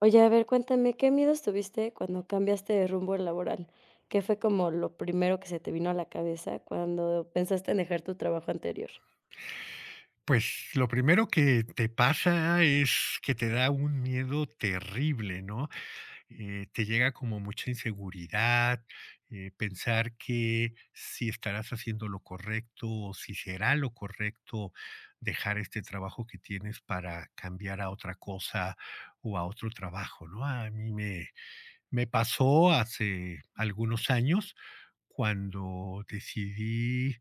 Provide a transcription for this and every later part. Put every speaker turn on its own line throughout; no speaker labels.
Oye, a ver, cuéntame, ¿qué miedos tuviste cuando cambiaste de rumbo laboral? ¿Qué fue como lo primero que se te vino a la cabeza cuando pensaste en dejar tu trabajo anterior?
Pues lo primero que te pasa es que te da un miedo terrible, ¿no? Te llega como mucha inseguridad, pensar que si estarás haciendo lo correcto o si será lo correcto dejar este trabajo que tienes para cambiar a otra cosa o a otro trabajo, ¿no? Me pasó hace algunos años cuando decidí,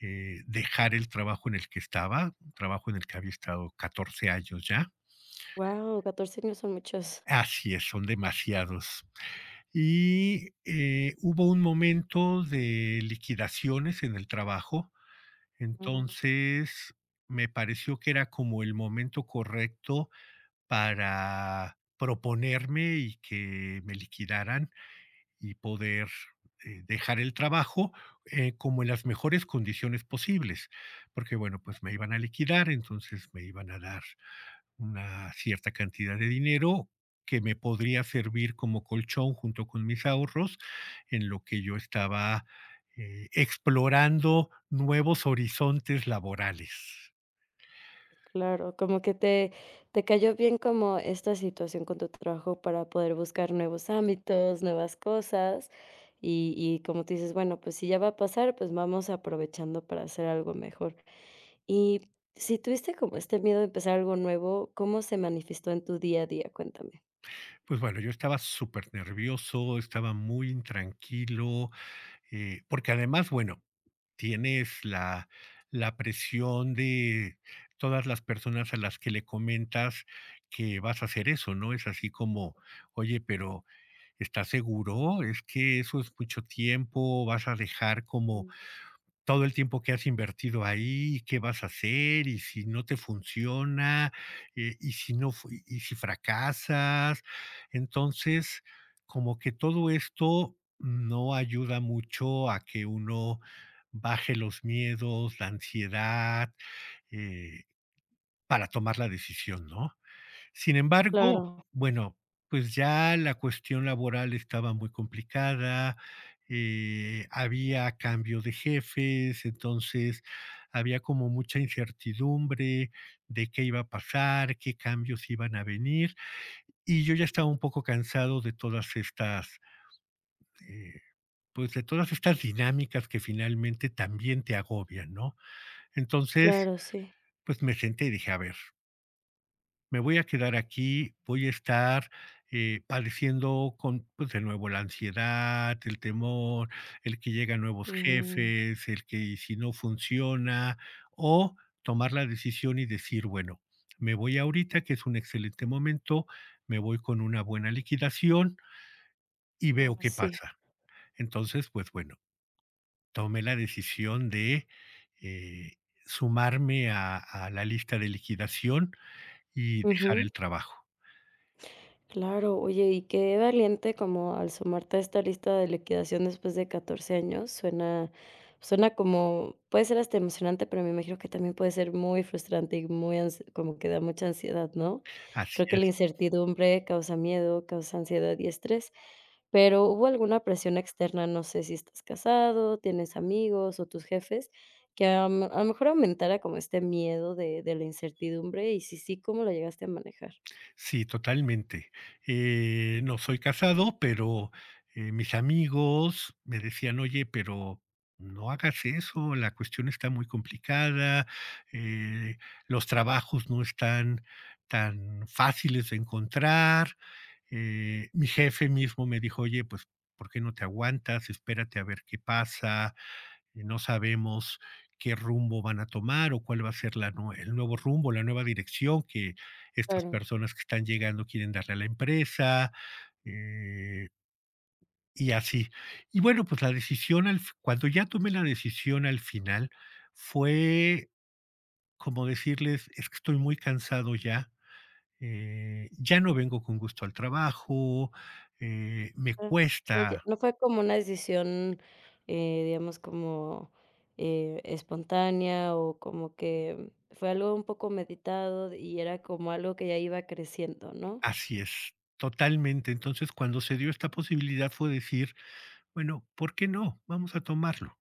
eh, dejar el trabajo en el que estaba, un trabajo en el que había estado 14 años ya.
Wow, 14 años son muchos.
Así es, son demasiados. Hubo un momento de liquidaciones en el trabajo,
Mm,
entonces me pareció que era como el momento correcto para proponerme y que me liquidaran y poder dejar el trabajo como en las mejores condiciones posibles, porque bueno, pues me iban a liquidar, entonces me iban a dar una cierta cantidad de dinero que me podría servir como colchón junto con mis ahorros en lo que yo estaba explorando nuevos horizontes laborales.
claro, como que te cayó bien como esta situación con tu trabajo para poder buscar nuevos ámbitos, nuevas cosas, y como tú dices, bueno, pues si ya va a pasar, pues vamos aprovechando para hacer algo mejor. Y si tuviste como este miedo de empezar algo nuevo, ¿cómo se manifestó en tu día a día? Cuéntame.
Pues bueno, yo estaba súper nervioso, estaba muy intranquilo, porque además, bueno, tienes la presión de todas las personas a las que le comentas que vas a hacer eso, ¿no? Es así como: "Oye, pero, ¿estás seguro? Es que eso es mucho tiempo, vas a dejar como
Mm,
todo el tiempo que has invertido ahí, y qué vas a hacer, y si no te funciona, y si fracasas". Entonces, como que todo esto no ayuda mucho a que uno baje los miedos, la ansiedad, eh, para tomar la decisión, ¿no? Sin embargo,
claro,
bueno, pues ya la cuestión laboral estaba muy complicada, había cambio de jefes, entonces había como mucha incertidumbre de qué iba a pasar, qué cambios iban a venir, y yo ya estaba un poco cansado de todas estas, eh, de todas estas dinámicas que finalmente también te agobian, ¿no? Entonces,
claro, sí.
pues me senté y dije, a ver, me voy a quedar aquí, voy a estar, padeciendo con, pues, de nuevo la ansiedad, el temor, el que llegan nuevos
Mm,
jefes, el que, ¿y si no funciona? O tomar la decisión y decir: "Bueno, me voy ahorita, que es un excelente momento, me voy con una buena liquidación y
mm,
veo qué
sí.
pasa". Entonces, pues, bueno, tomé la decisión de, eh, sumarme a la lista de liquidación y dejar el trabajo.
Claro, oye, y qué valiente como al sumarte a esta lista de liquidación después de 14 años, suena suena como puede ser hasta emocionante, pero me imagino que también puede ser muy frustrante y muy ans como que da mucha ansiedad, ¿no?
Así
Creo que la
es.
incertidumbre causa miedo, causa ansiedad y estrés, pero ¿hubo alguna presión externa? No sé si estás casado, tienes amigos o tus jefes, que a lo mejor aumentara como este miedo de la incertidumbre, y si sí, ¿cómo lo llegaste a manejar?
Sí, totalmente. No soy casado, pero, mis amigos me decían: "Oye, pero no hagas eso, la cuestión está muy complicada, eh, los trabajos no están tan fáciles de encontrar". Mi jefe mismo me dijo: "Oye, pues, ¿por qué no te aguantas? Espérate a ver qué pasa, no sabemos qué rumbo van a tomar o cuál va a ser la nue el nuevo rumbo, la nueva dirección que estas
Claro.
personas que están llegando quieren darle a la empresa", eh, y así. Y bueno, pues la decisión al f cuando ya tomé la decisión al final, fue como decirles: "Es que estoy muy cansado ya, ya no vengo con gusto al trabajo, me
Ah, o sea, ya-
cuesta".
no fue como una decisión, digamos, como, espontánea, o como que fue algo un poco meditado y era como algo que ya iba creciendo, ¿no?
Así es, totalmente. Entonces, cuando se dio esta posibilidad fue decir: bueno, ¿por qué no? Vamos a tomarlo.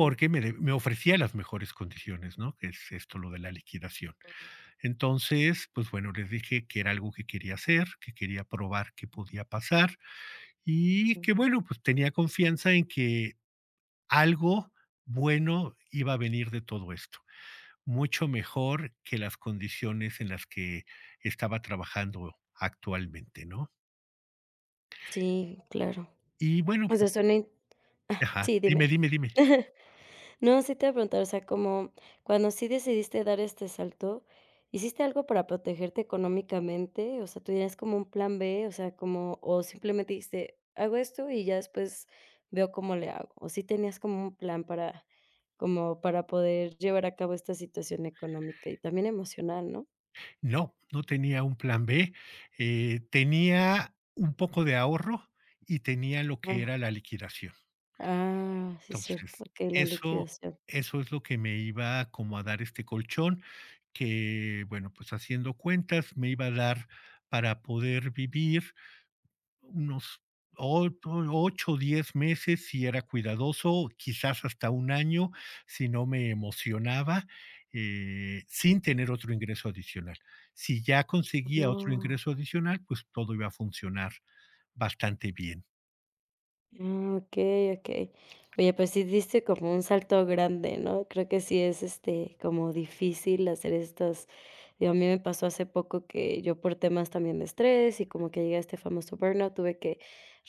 Mm,
me ofrecía las mejores condiciones, ¿no? Que es esto lo de la liquidación. Entonces, pues bueno, les dije que era algo que quería hacer, que quería probar qué podía pasar, y
ujú.
que bueno, pues tenía confianza en que algo bueno iba a venir de todo esto, mucho mejor que las condiciones en las que estaba trabajando actualmente, ¿no?
Sí, claro.
Y bueno,
O sea,
pues
suena in ah,
ajá,
sí, dime.
dime.
No, sí te iba a preguntar, o sea, como cuando sí decidiste dar este salto, ¿hiciste algo para protegerte económicamente? O sea, ¿tú tienes como un plan B? O sea, como o simplemente dijiste: "Hago esto y ya después veo cómo le hago", ¿o sí tenías como un plan para como para poder llevar a cabo esta situación económica y también emocional, no?
No, no tenía un plan B, tenía un poco de ahorro y tenía lo que
Ah,
era la liquidación.
ah, sí, es
Entonces,
cierto. Okey, la
eso
liquidación.
eso es lo que me iba como a dar este colchón que, bueno, pues haciendo cuentas me iba a dar para poder vivir unos 8 o 10 meses si era cuidadoso, quizás hasta un año si no me emocionaba, sin tener otro ingreso adicional. Si ya conseguía otro
No.
ingreso adicional, pues todo iba a funcionar bastante bien.
Ah, okey, okey. Oye, pues sí diste como un salto grande, ¿no? Creo que sí es, este, como difícil hacer estas digo, a mí me pasó hace poco que yo por temas también de estrés y como que llegué a este famoso burnout, tuve que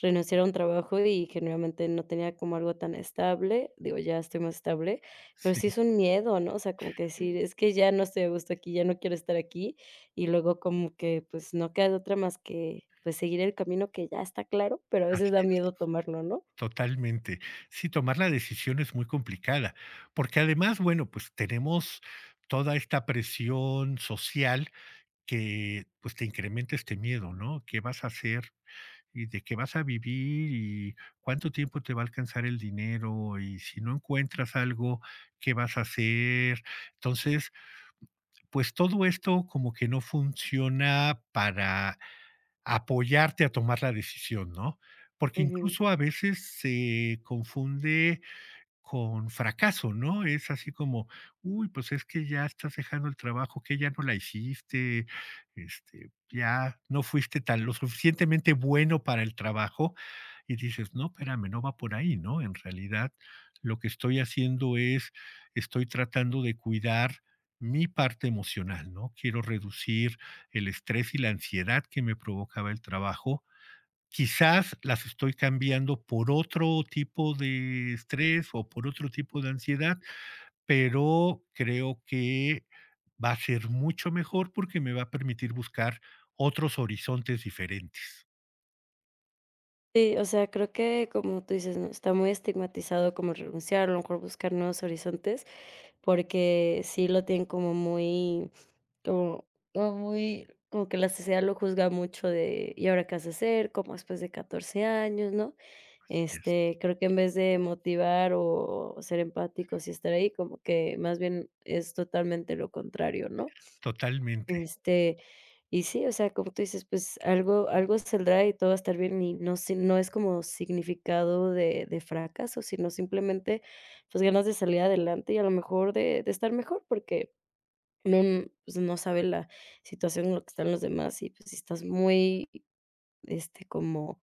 renunciar a un trabajo y generalmente no tenía como algo tan estable, digo, ya estoy más estable, pero
Sí,
sí es un miedo, ¿no? O sea, como que decir: "Es que ya no estoy a gusto aquí, ya no quiero estar aquí", y luego como que, pues, no queda de otra más que, pues, seguir el camino que ya está claro, pero a veces
así
da
es,
miedo tomarlo, ¿no?
totalmente. Sí, tomar la decisión es muy complicada, porque además, bueno, pues tenemos toda esta presión social que pues te incrementa este miedo, ¿no? ¿Qué vas a hacer y de qué vas a vivir y cuánto tiempo te va a alcanzar el dinero y si no encuentras algo, ¿qué vas a hacer? Entonces, pues todo esto como que no funciona para apoyarte a tomar la decisión, ¿no? Porque
Ujú.
incluso a veces se confunde con fracaso, ¿no? Es así como, uy, pues es que ya estás dejando el trabajo, que ya no la hiciste, este, ya no fuiste tan lo suficientemente bueno para el trabajo. Y dices, no, espérame, no va por ahí, ¿no? En realidad, lo que estoy haciendo es, estoy tratando de cuidar mi parte emocional, ¿no? Quiero reducir el estrés y la ansiedad que me provocaba el trabajo. Quizás las estoy cambiando por otro tipo de estrés o por otro tipo de ansiedad, pero creo que va a ser mucho mejor porque me va a permitir buscar otros horizontes diferentes.
Sí, o sea, creo que como tú dices, ¿no? Está muy estigmatizado como renunciar, a lo mejor buscar nuevos horizontes, porque sí lo tienen como, como muy, como que la sociedad lo juzga mucho de, ¿y ahora qué vas a hacer? Como después de 14 años, ¿no?
Así es.
Este, creo que en vez de motivar o ser empáticos y estar ahí, como que más bien es totalmente lo contrario, ¿no?
Totalmente,
Este, y sí, o sea, como tú dices, pues algo saldrá y todo va a estar bien, y no si no es como significado de fracaso, sino simplemente, pues, ganas de salir adelante y a lo mejor de estar mejor, porque no pues, no sabe la situación en la que están los demás y, pues, si estás muy, este, como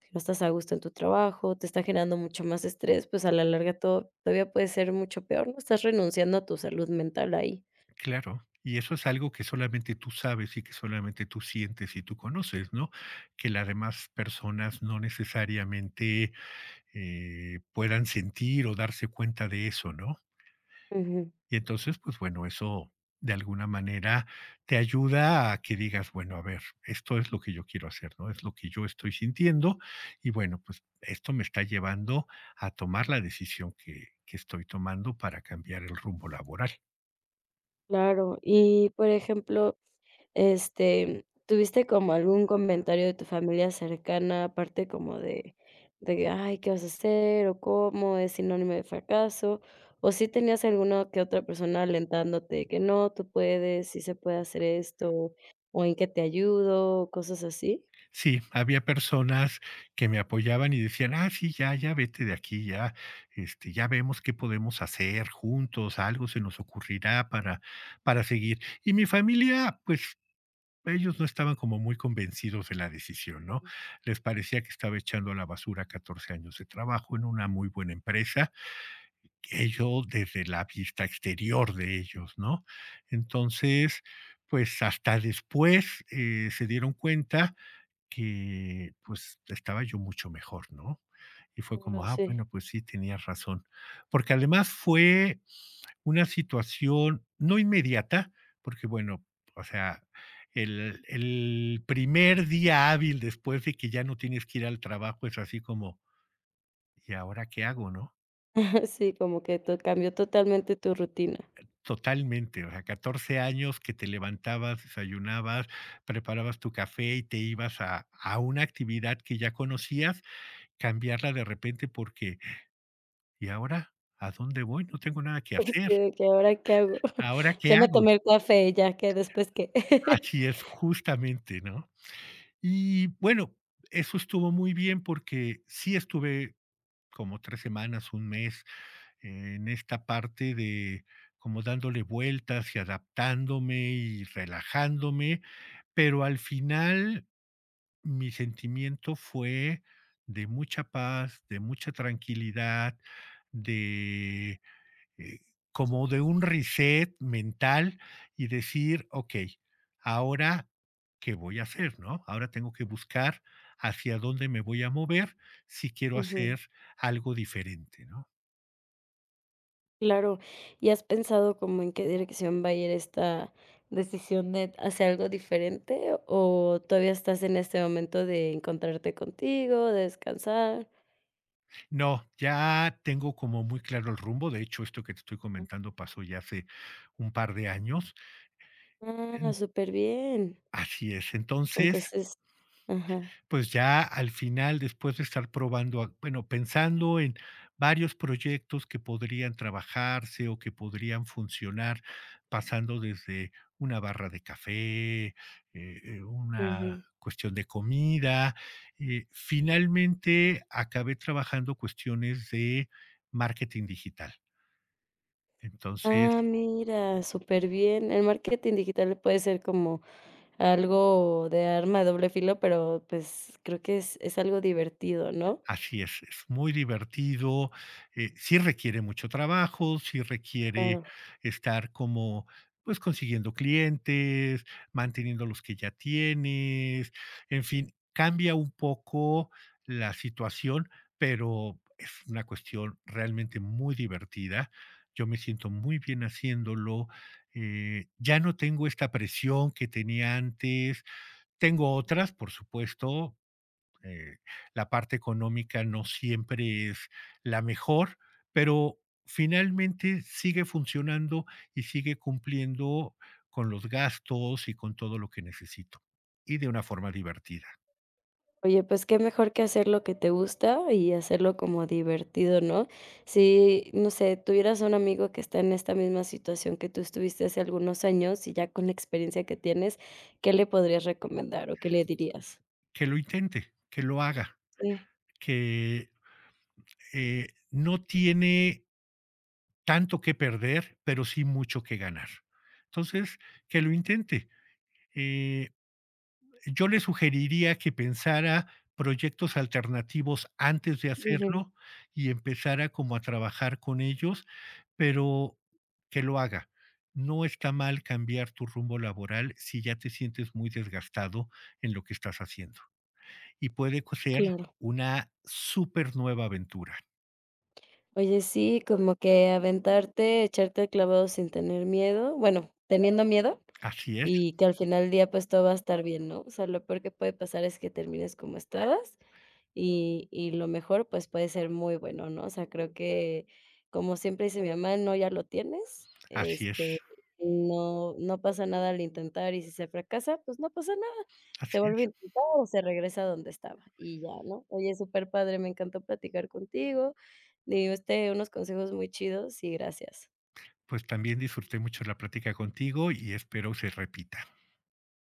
que no estás a gusto en tu trabajo, te está generando mucho más estrés, pues, a la larga todo todavía puede ser mucho peor, ¿no? Estás renunciando a tu salud mental ahí.
claro. Y eso es algo que solamente tú sabes y que solamente tú sientes y tú conoces, ¿no? Que las demás personas no necesariamente puedan sentir o darse cuenta de eso, ¿no?
Ujú,
Y entonces, pues bueno, eso de alguna manera te ayuda a que digas, bueno, a ver, esto es lo que yo quiero hacer, ¿no? Es lo que yo estoy sintiendo y bueno, pues esto me está llevando a tomar la decisión que estoy tomando para cambiar el rumbo laboral.
claro. Y, por ejemplo, este, ¿tuviste como algún comentario de tu familia cercana, aparte como de que: "Ay, ¿qué vas a hacer?", o "¿Cómo?", "Es sinónimo de fracaso", o sí tenías alguna que otra persona alentándote de que: "No, tú puedes, sí se puede hacer esto", o "¿En qué te ayudo?", o cosas así?
Sí, había personas que me apoyaban y decían, ah, sí, ya vete de aquí, ya, este, ya vemos qué podemos hacer juntos, algo se nos ocurrirá para seguir. Y mi familia, pues ellos no estaban como muy convencidos de la decisión, ¿no? Les parecía que estaba echando a la basura 14 años de trabajo en una muy buena empresa, ellos desde la vista exterior de ellos, ¿no? Entonces, pues hasta después se dieron cuenta que pues estaba yo mucho mejor, ¿no? Y fue como,
Pero
ah,
sí.
bueno, pues sí, tenías razón. Porque además fue una situación no inmediata, porque bueno, o sea, el primer día hábil después de que ya no tienes que ir al trabajo es así como, ¿y ahora qué hago, no?
Sí, como que to cambió totalmente tu rutina.
Totalmente, o sea, 14 años que te levantabas, desayunabas, preparabas tu café y te ibas a una actividad que ya conocías, cambiarla de repente porque, ¿y ahora a dónde voy? No tengo nada que hacer,
Sí, de que, ¿ahora qué hago?
¿ahora
Ya
qué
me
hago?
tomé el café, ¿ya que ¿Después qué?
Así es, justamente, ¿no? Y bueno, eso estuvo muy bien porque sí estuve como 3 semanas, un mes en esta parte de como dándole vueltas y adaptándome y relajándome, pero al final mi sentimiento fue de mucha paz, de mucha tranquilidad, de eh, como de un reset mental y decir, ok, ahora, ¿qué voy a hacer? ¿No? Ahora tengo que buscar hacia dónde me voy a mover si quiero
Ujú.
hacer algo diferente, ¿no?
Claro, ¿y has pensado como en qué dirección va a ir esta decisión de hacer algo diferente o todavía estás en este momento de encontrarte contigo, de descansar?
No, ya tengo como muy claro el rumbo. De hecho, esto que te estoy comentando pasó ya hace un par de años.
Ah, súper bien.
Así es. Entonces,
Entonces ajá,
pues ya al final, después de estar probando, a bueno, pensando en varios proyectos que podrían trabajarse o que podrían funcionar, pasando desde una barra de café, una
ujú.
cuestión de comida, finalmente acabé trabajando cuestiones de marketing digital. Entonces,
Ah, mira, súper bien. El marketing digital puede ser como algo de arma de doble filo, pero, pues, creo que es algo divertido, ¿no?
así es muy divertido, sí requiere mucho trabajo, sí requiere
Claro.
estar como, pues, consiguiendo clientes, manteniendo los que ya tienes, en fin, cambia un poco la situación, pero es una cuestión realmente muy divertida. Yo me siento muy bien haciéndolo, ya no tengo esta presión que tenía antes, tengo otras, por supuesto, eh, la parte económica no siempre es la mejor, pero finalmente sigue funcionando y sigue cumpliendo con los gastos y con todo lo que necesito. Y de una forma divertida.
Oye, pues qué mejor que hacer lo que te gusta y hacerlo como divertido, ¿no? Si, no sé, tuvieras un amigo que está en esta misma situación que tú estuviste hace algunos años y ya con la experiencia que tienes, ¿qué le podrías recomendar o qué le dirías?
Que lo intente, que lo haga,
Sí,
que no tiene tanto que perder, pero sí mucho que ganar. Entonces, que lo intente. Eh, yo le sugeriría que pensara proyectos alternativos antes de
ujú,
hacerlo y empezara como a trabajar con ellos, pero que lo haga. No está mal cambiar tu rumbo laboral si ya te sientes muy desgastado en lo que estás haciendo. Y ser
claro.
una súper nueva aventura.
Oye, sí, como que aventarte, echarte el clavado sin tener miedo, bueno, teniendo miedo.
Así es,
Y que al final del día, pues, todo va a estar bien, ¿no? O sea, lo peor que puede pasar es que termines como estabas y lo mejor, pues, puede ser muy bueno, ¿no? O sea, creo que, como siempre dice mi mamá: "No, ya lo tienes",
así es,
este, no pasa nada al intentar y si se fracasa, pues, no pasa nada, se
así
vuelve a
es.
intentar o se regresa a donde estaba y ya, ¿no? Oye, súper padre me encantó platicar contigo, me diste unos consejos muy chidos y gracias.
Pues también disfruté mucho la plática contigo y espero se repita.